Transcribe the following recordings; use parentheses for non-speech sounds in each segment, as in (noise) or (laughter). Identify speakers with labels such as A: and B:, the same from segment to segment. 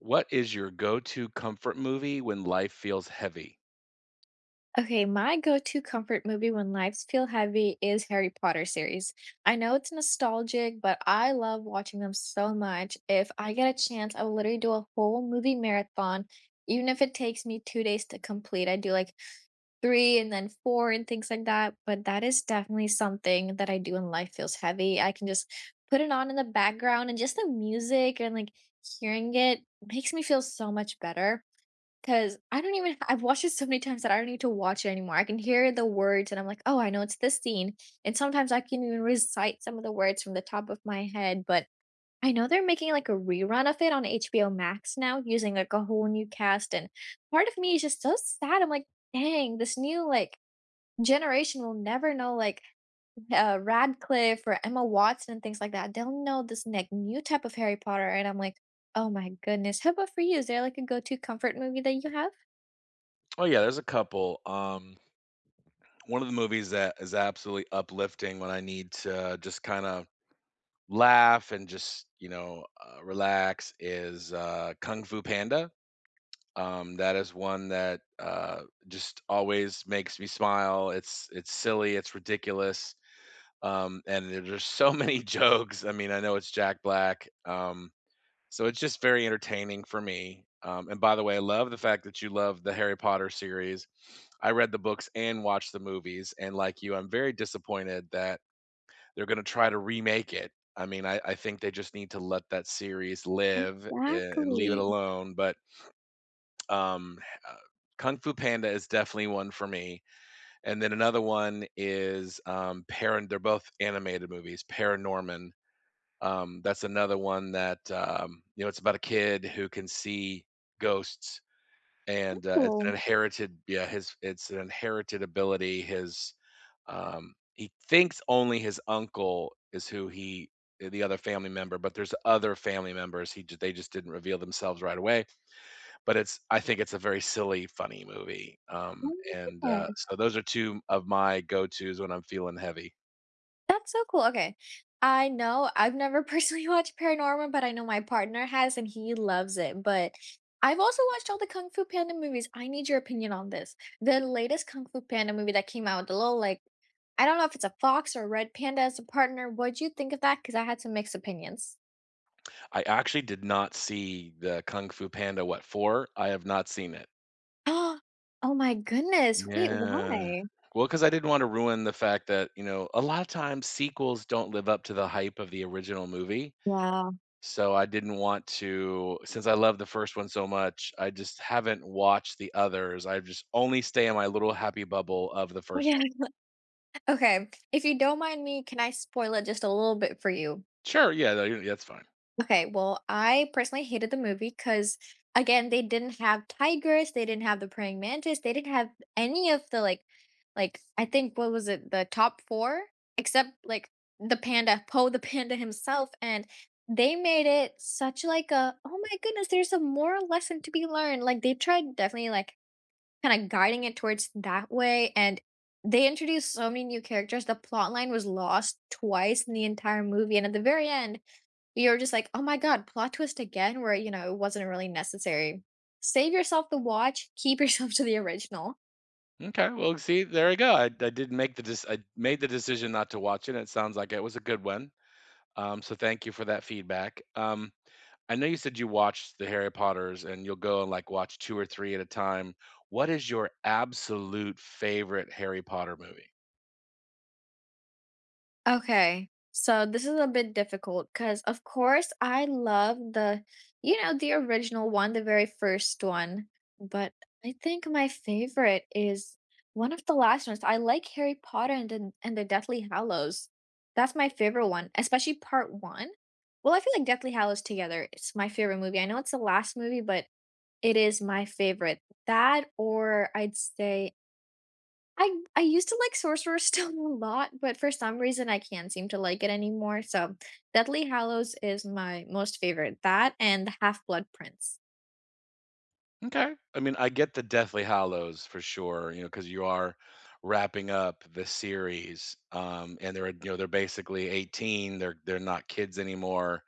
A: What is your go-to comfort movie when life feels heavy?
B: Okay, my go-to comfort movie when lives feel heavy is Harry Potter series. I know it's nostalgic, but I love watching them so much. If I get a chance, I will literally do a whole movie marathon, even if it takes me 2 days to complete. I do like three and then four and things like that. But that is definitely something that I do when life feels heavy. I can just put it on in the background and just the music and like hearing it makes me feel so much better. Because I don't even I've watched it so many times that I don't need to watch it anymore. I can hear the words and I'm like, "Oh, I know it's this scene." And sometimes I can even recite some of the words from the top of my head, but I know they're making like a rerun of it on HBO Max now using like a whole new cast, and part of me is just so sad. I'm like, "Dang, this new like generation will never know like Radcliffe or Emma Watson and things like that. They'll know this like new type of Harry Potter." And I'm like, "Oh my goodness. How about for you? Is there like a go-to comfort movie that you have?"
A: Oh yeah, there's a couple. One of the movies that is absolutely uplifting when I need to just kind of laugh and just relax is Kung Fu Panda. That is one that just always makes me smile. It's silly, it's ridiculous, and there's just so many (laughs) jokes. I mean, I know it's Jack Black, so it's just very entertaining for me. And by the way, I love the fact that you love the Harry Potter series. I read the books and watched the movies, and like you, I'm very disappointed that they're going to try to remake it. I mean, I think they just need to let that series live and leave it
B: Exactly.
A: alone. But um, uh, Kung Fu Panda is definitely one for me. And then another one is Paran. They're both animated movies. Paranorman, that's another one that, you know, it's about a kid who can see ghosts, and,
B: Cool.
A: it's an inherited ability. He thinks only his uncle is who he the other family member, but there's other family members. He ju They just didn't reveal themselves right away, but it's I think it's a very silly, funny movie,
B: Oh my
A: and,
B: goodness.
A: so those are 2 of my go-tos when I'm feeling heavy.
B: That's so cool. Okay. I know I've never (laughs) personally watched Paranorman, but I know my partner has and he loves it. But I've also watched all the Kung Fu Panda movies. I need your opinion on this. The latest Kung Fu Panda movie that came out, the little like I don't know if it's a fox or a red panda as a partner. What'd you think of that? Because I had some mixed opinions. (gasps)
A: I actually did not see the Kung Fu Panda, What For? I have not seen it.
B: Oh, oh my goodness. Wait,
A: Yeah.
B: why?
A: Well, because I didn't wanna ruin the fact that, you know, a lot of times sequels don't live up to the hype of the original movie,
B: Yeah.
A: so I didn't want to since I love the first one so much, I just haven't watched the others, I just only stay in my little happy bubble of the
B: (laughs)
A: first
B: Yeah.
A: one.
B: Okay. If you don't mind me, can I spoil it just a little bit for you?
A: Sure, yeah, no, you that's fine.
B: Okay, well, I personally hated the movie because again, they didn't have tigers, they didn't have the praying mantis, they didn't have any of the like I think what was it, the top four? Except like the panda, Poe the panda himself, and they made it such like a oh my goodness, there's a moral lesson to be learned. Like they tried definitely like kind of guiding it towards that way, and they introduced so many new characters. The plot line was lost twice in the entire movie, and at the very end you're just like, "Oh my god, plot twist again," where, you know, it wasn't really necessary. Save yourself the watch, keep yourself (laughs) to the original.
A: Okay, well, see, there you go. I made the decision not to watch it. It sounds like it was a good one. So thank you for that feedback. I know you said you watched the Harry Potters and you'll go and like watch two or three at a time. What is your absolute favorite Harry Potter movie?
B: Okay, so this is a bit difficult because, of course, I love the you know, the original one, the very first one, but I think my favorite is one of the last ones. I like Harry Potter and the Deathly Hallows. That's my favorite one, especially part 1. Well, I feel like Deathly Hallows together, it's my favorite movie. I know it's the last movie, but it is my favorite. That or I'd say I used to like Sorcerer's (laughs) Stone a lot, but for some reason I can't seem to like it anymore, so Deathly Hallows is my most favorite. That and The Half-Blood Prince.
A: Okay. I mean, I get the Deathly Hallows for sure, you know, because you are wrapping up the series, and they're you know they're basically 18. They're not kids anymore,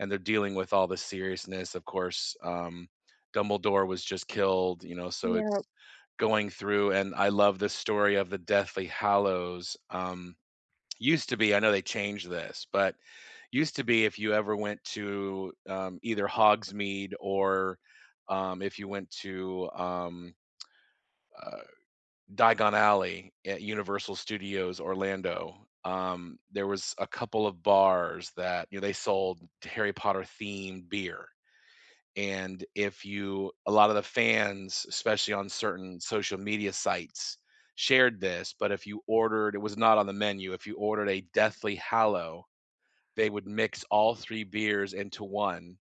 A: and they're dealing with all the seriousness. Of course, Dumbledore was just killed, you know, so
B: Yeah.
A: it's going through. And I love the story of the Deathly Hallows. Used to be, I know they changed this, but used to be if you ever went to either Hogsmeade or if you went to uh, Diagon Alley at Universal Studios Orlando, there was a couple of bars that you know they sold Harry Potter themed beer. And if you, a lot of the fans, especially on certain social media sites, shared this, but if you ordered, it was not on the menu. If you ordered a Deathly Hallow, they would mix all 3 beers into 1,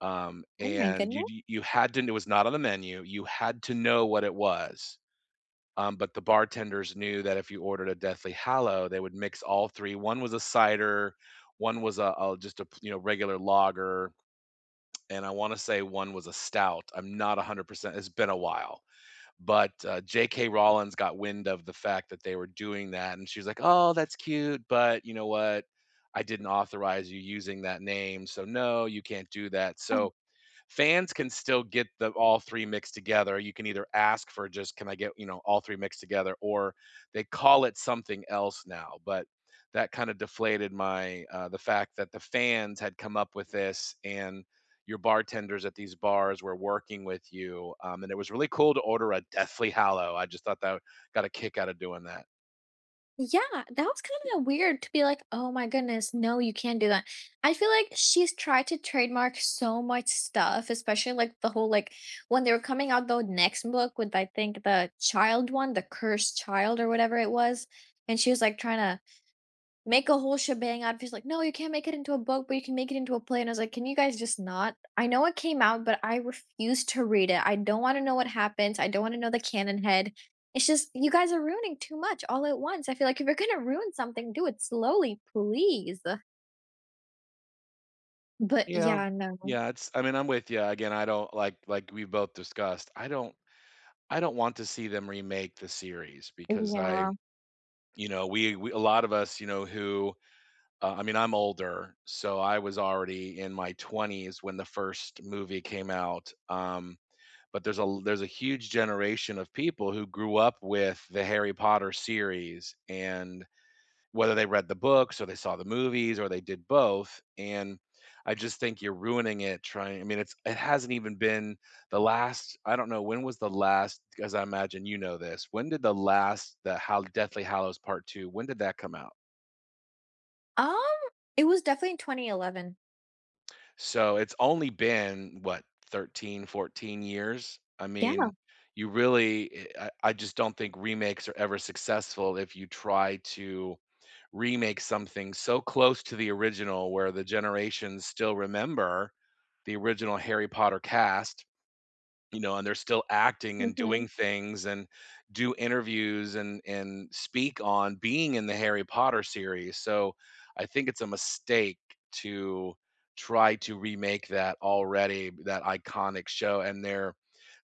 B: Oh my
A: and
B: goodness.
A: you had to it was not on the menu, you had to know what it was, but the bartenders knew that if you ordered a Deathly Hallow, they would mix all 3. One was a cider, one was a you know, regular lager, and I wanna say one was a stout. I'm not 100%, it's been a while. But J.K. Rowlins got wind of the fact that they were doing that, and she was like, "Oh, that's cute, but you know what? I didn't authorize you using that name, so no, you can't do that." So fans can still get the all 3 mixed together. You can either ask for just, "Can I get, you know, all 3 mixed together?" Or they call it something else now, but that kinda deflated my, the fact that the fans had come up with this and your bartenders at these bars were working with you, and it was really cool to order a Deathly Hallow. I just thought that got a kick out of doing that.
B: Yeah, that was kinda weird to be like, "Oh my goodness, no, you can't do that." I feel like she's tried to trademark so much stuff, especially, like, the whole, like when they were coming out the next book with, I think, the child one, The Cursed Child or whatever it was, and she was, like, trying to make a whole shebang out of it. He's like, "No, you can't make it into a book, but you can make it into a play," and I was like, "Can you guys just not?" I know it came out, but I refuse to read it. I don't wanna know what happens, I don't wanna know the canon head. It's just you guys are ruining too much all at once. I feel like if you're gonna ruin something, do it slowly, please. But
A: Yeah.
B: yeah, no.
A: Yeah, it's I mean, I'm with you. Again, I don't like we both discussed, I don't want to see them remake the series because I
B: Yeah.
A: you know, we a lot of us, you know, who I mean, I'm older, so I was already in my 20s when the first movie came out. But there's a huge generation of people who grew up with the Harry Potter series and whether they read the books or they saw the movies or they did both. And I just think you're ruining it trying I mean, it hasn't even been the last I don't know when was the last, because I imagine you know this. When did the last the how Deathly Hallows Part 2, when did that come out?
B: Um, it was definitely in 2011.
A: So it's only been what, 13, 14 years. I
B: Yeah.
A: mean, you really I just don't think remakes are ever successful if you try to remake something so close to the original where the generations still remember the original Harry Potter cast, you know, and they're still acting and doing
B: Mhm.
A: things and do interviews and speak on being in the Harry Potter series. So I think it's a mistake to try to remake that already, that iconic show. And they're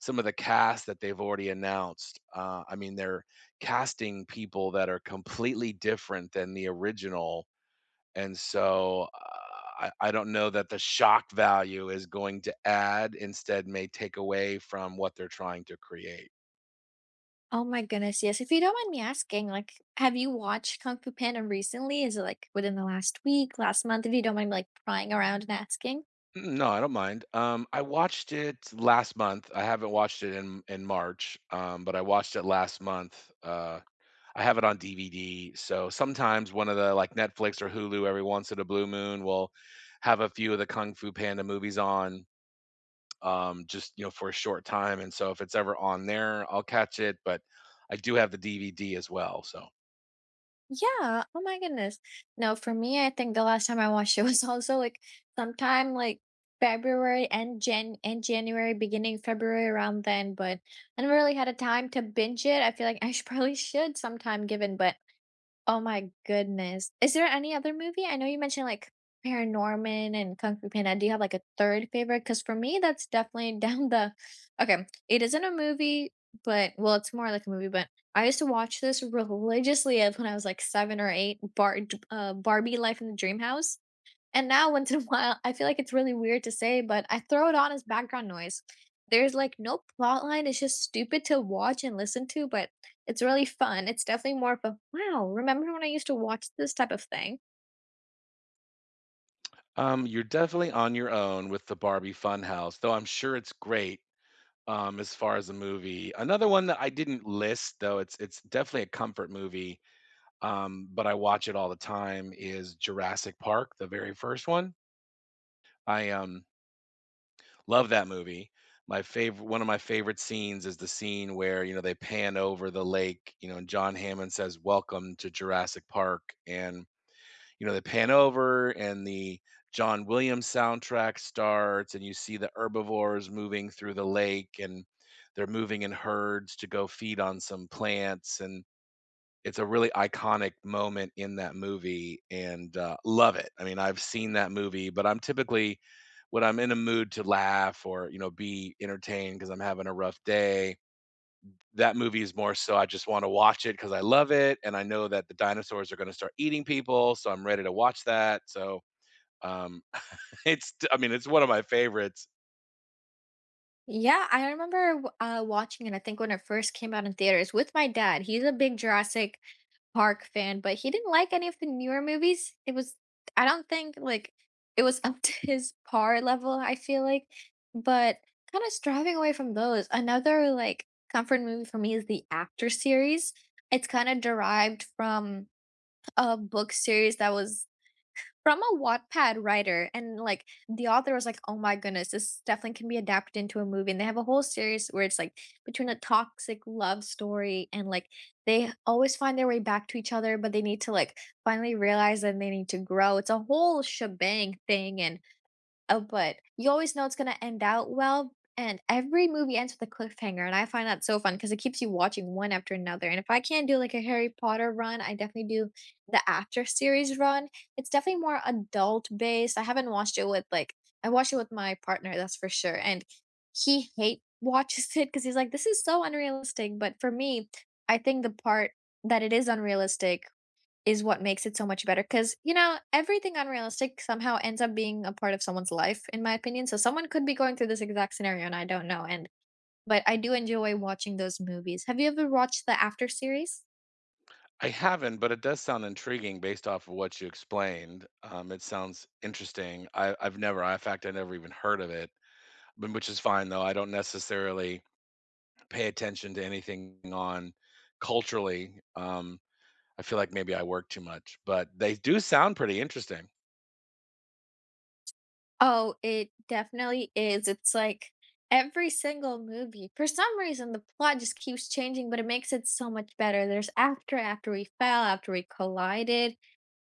A: some of the cast that they've already announced. I mean, they're casting people that are completely different than the original, and so, I don't know that the shock value is going to add, instead may take away from what they're trying to create.
B: Oh my goodness, yes. If you don't mind me asking, like, have you watched Kung Fu Panda recently? Is it like within the last week, last month? If you don't mind, me, like, prying around and asking.
A: Mm, no, I don't mind. I watched it last month. I haven't watched it in March, but I watched it last month. I have it on DVD, so sometimes one of the like Netflix or Hulu every once in a blue moon will have a few of the Kung Fu Panda movies on, just you know for a short time. And so if it's ever on there, I'll catch it. But I do have the DVD as well. So
B: Yeah. Oh my goodness. No, for me, I think the last time I watched it (laughs) was also like sometime like February and January, beginning February around then. But I never really had a time to binge it. I feel like I (laughs) should probably should sometime given, but oh my goodness. Is there any other movie? I know you mentioned, like, Paranorman and Kung Fu Panda. Do you have, like, a 3rd favorite? Because for me, that's definitely (laughs) down the okay, it isn't a movie, but well, it's more like a movie, but I used to watch this religiously as when I was, like, 7 or 8, Barbie: Life in the Dream House. And now once in a (laughs) while, I feel like it's really weird to say, but I throw it on as background noise. There's like no plot line. It's just stupid to watch and listen to, but it's really fun. It's definitely more of a wow, remember when I used to watch this type of thing?
A: you're definitely on your own with the Barbie Funhouse, though I'm sure it's great as far as a movie. Another one that I didn't list, though it's definitely a comfort movie, but I watch it all the time. Is Jurassic Park, the very first one. I Love that movie. My favorite scenes is the scene where, you know, they pan over the lake, you know, and John Hammond says, "Welcome to Jurassic Park." And, you know, they pan over and the John Williams soundtrack starts and you see the herbivores moving through the lake and they're moving in herds to go feed on some plants, and it's a really iconic moment in that movie and, love it. I mean, I've seen that movie, but I'm typically when I'm in a mood to laugh or, you know, be entertained because 'cause I'm having a rough day, that movie is more so I just wanna watch it because I love it, and I know that the dinosaurs are gonna start eating people, so I'm ready to watch that, so, um, (laughs) it's I mean, it's one of my favorites.
B: Yeah, I remember watching it, I think when it first came out in theaters with my dad. He's a big Jurassic Park fan, but he didn't like any of the newer movies. It was I don't think, like, it was (laughs) up to his par level, I feel like, but kinda striving away from those, another, like, comfort movie for me is the After series. It's kinda derived from a book series that was from a Wattpad writer, and, like, the author was like, "Oh my goodness, this definitely can be adapted into a movie," and they have a whole series where it's, like, between a toxic love story and, like, they always find their way back to each other, but they need to, like, finally realize that they need to grow. It's a whole shebang thing, and but you always know it's gonna end out well, and every movie ends with a cliffhanger, and I find that so fun because it keeps you watching one after another, and if I can't do, like, a Harry Potter run, I definitely do the After series run. It's definitely more adult-based. I haven't watched it with, like I watched it with my partner, that's for sure, and he hate (laughs) watches it because he's like, "This is so unrealistic," but for me, I think the part that it is unrealistic is what makes it so much better because you know, everything unrealistic somehow ends up being a part of someone's life, in my opinion, so someone could be going through this exact scenario and I don't know, and but I do enjoy watching those movies. Have you ever watched the After series?
A: I haven't, but it does sound intriguing based off of what you explained. It sounds interesting. I I've never in fact, I never even heard of it, which is fine though. I don't necessarily pay attention to anything on culturally. I feel like maybe I work too much, but they do sound pretty interesting.
B: Oh, it definitely is. It's like every single movie for some reason, the plot just keeps changing, but it makes it so much better. There's After, After We Fell, After We Collided,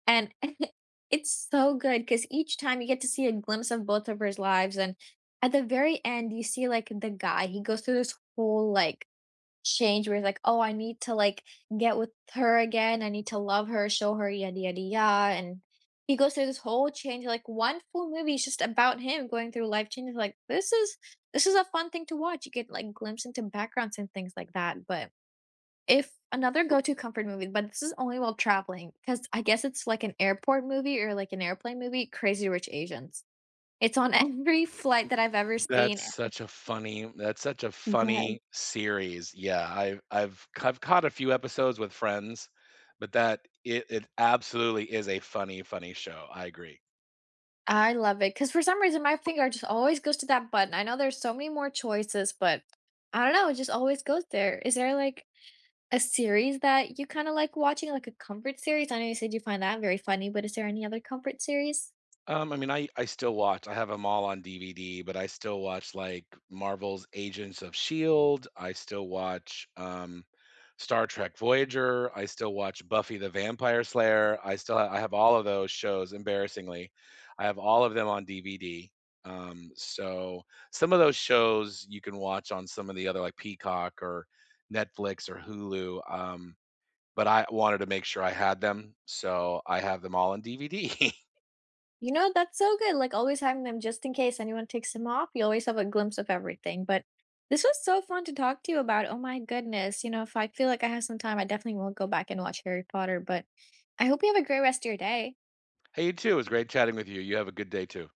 B: and (laughs) it's so good because each time you get to see a glimpse of both of his lives. And at the very end, you see like the guy, he goes through this whole like change where he's like, oh, I need to like get with her again. I need to love her, show her, yada, yada, yada. And he goes through this whole change. Like one full movie is just about him going through life changes. Like this is a fun thing to watch. You get like glimpse into backgrounds and things like that. But if another go-to comfort movie, but this is only while traveling, because I guess it's like an airport movie or like an airplane movie, Crazy Rich Asians. It's on (laughs) every flight that I've ever seen.
A: That's such a
B: Yes.
A: funny series. Yeah, I've have I I've caught a few episodes with friends, but it absolutely is a funny, funny show. I agree.
B: I love it because for some reason, my finger just always goes to that button. I know there's so many more choices, but I don't know, it just always goes there. Is there like a series that you kinda like watching, like a comfort series? I know you said you find that very funny, but is there any other comfort series?
A: I mean, I still watch. I have them all on DVD, but I still watch like Marvel's Agents of Shield. I still watch Star Trek Voyager. I still watch Buffy the Vampire Slayer. I have all of those shows. Embarrassingly, I have all of them on DVD. So some of those shows you can watch on some of the other like Peacock or Netflix or Hulu. But I wanted to make sure I had them, so I have them all on DVD.
B: You know, that's so good, like, always having them just in case anyone takes them off, you always have a glimpse of everything, but this was so fun to talk to you about, oh my goodness, you know, if I feel like I have some time, I definitely will go back and watch Harry Potter, but I hope you have a great rest of your day.
A: Hey, you too. It was great chatting with you. You have a good day too.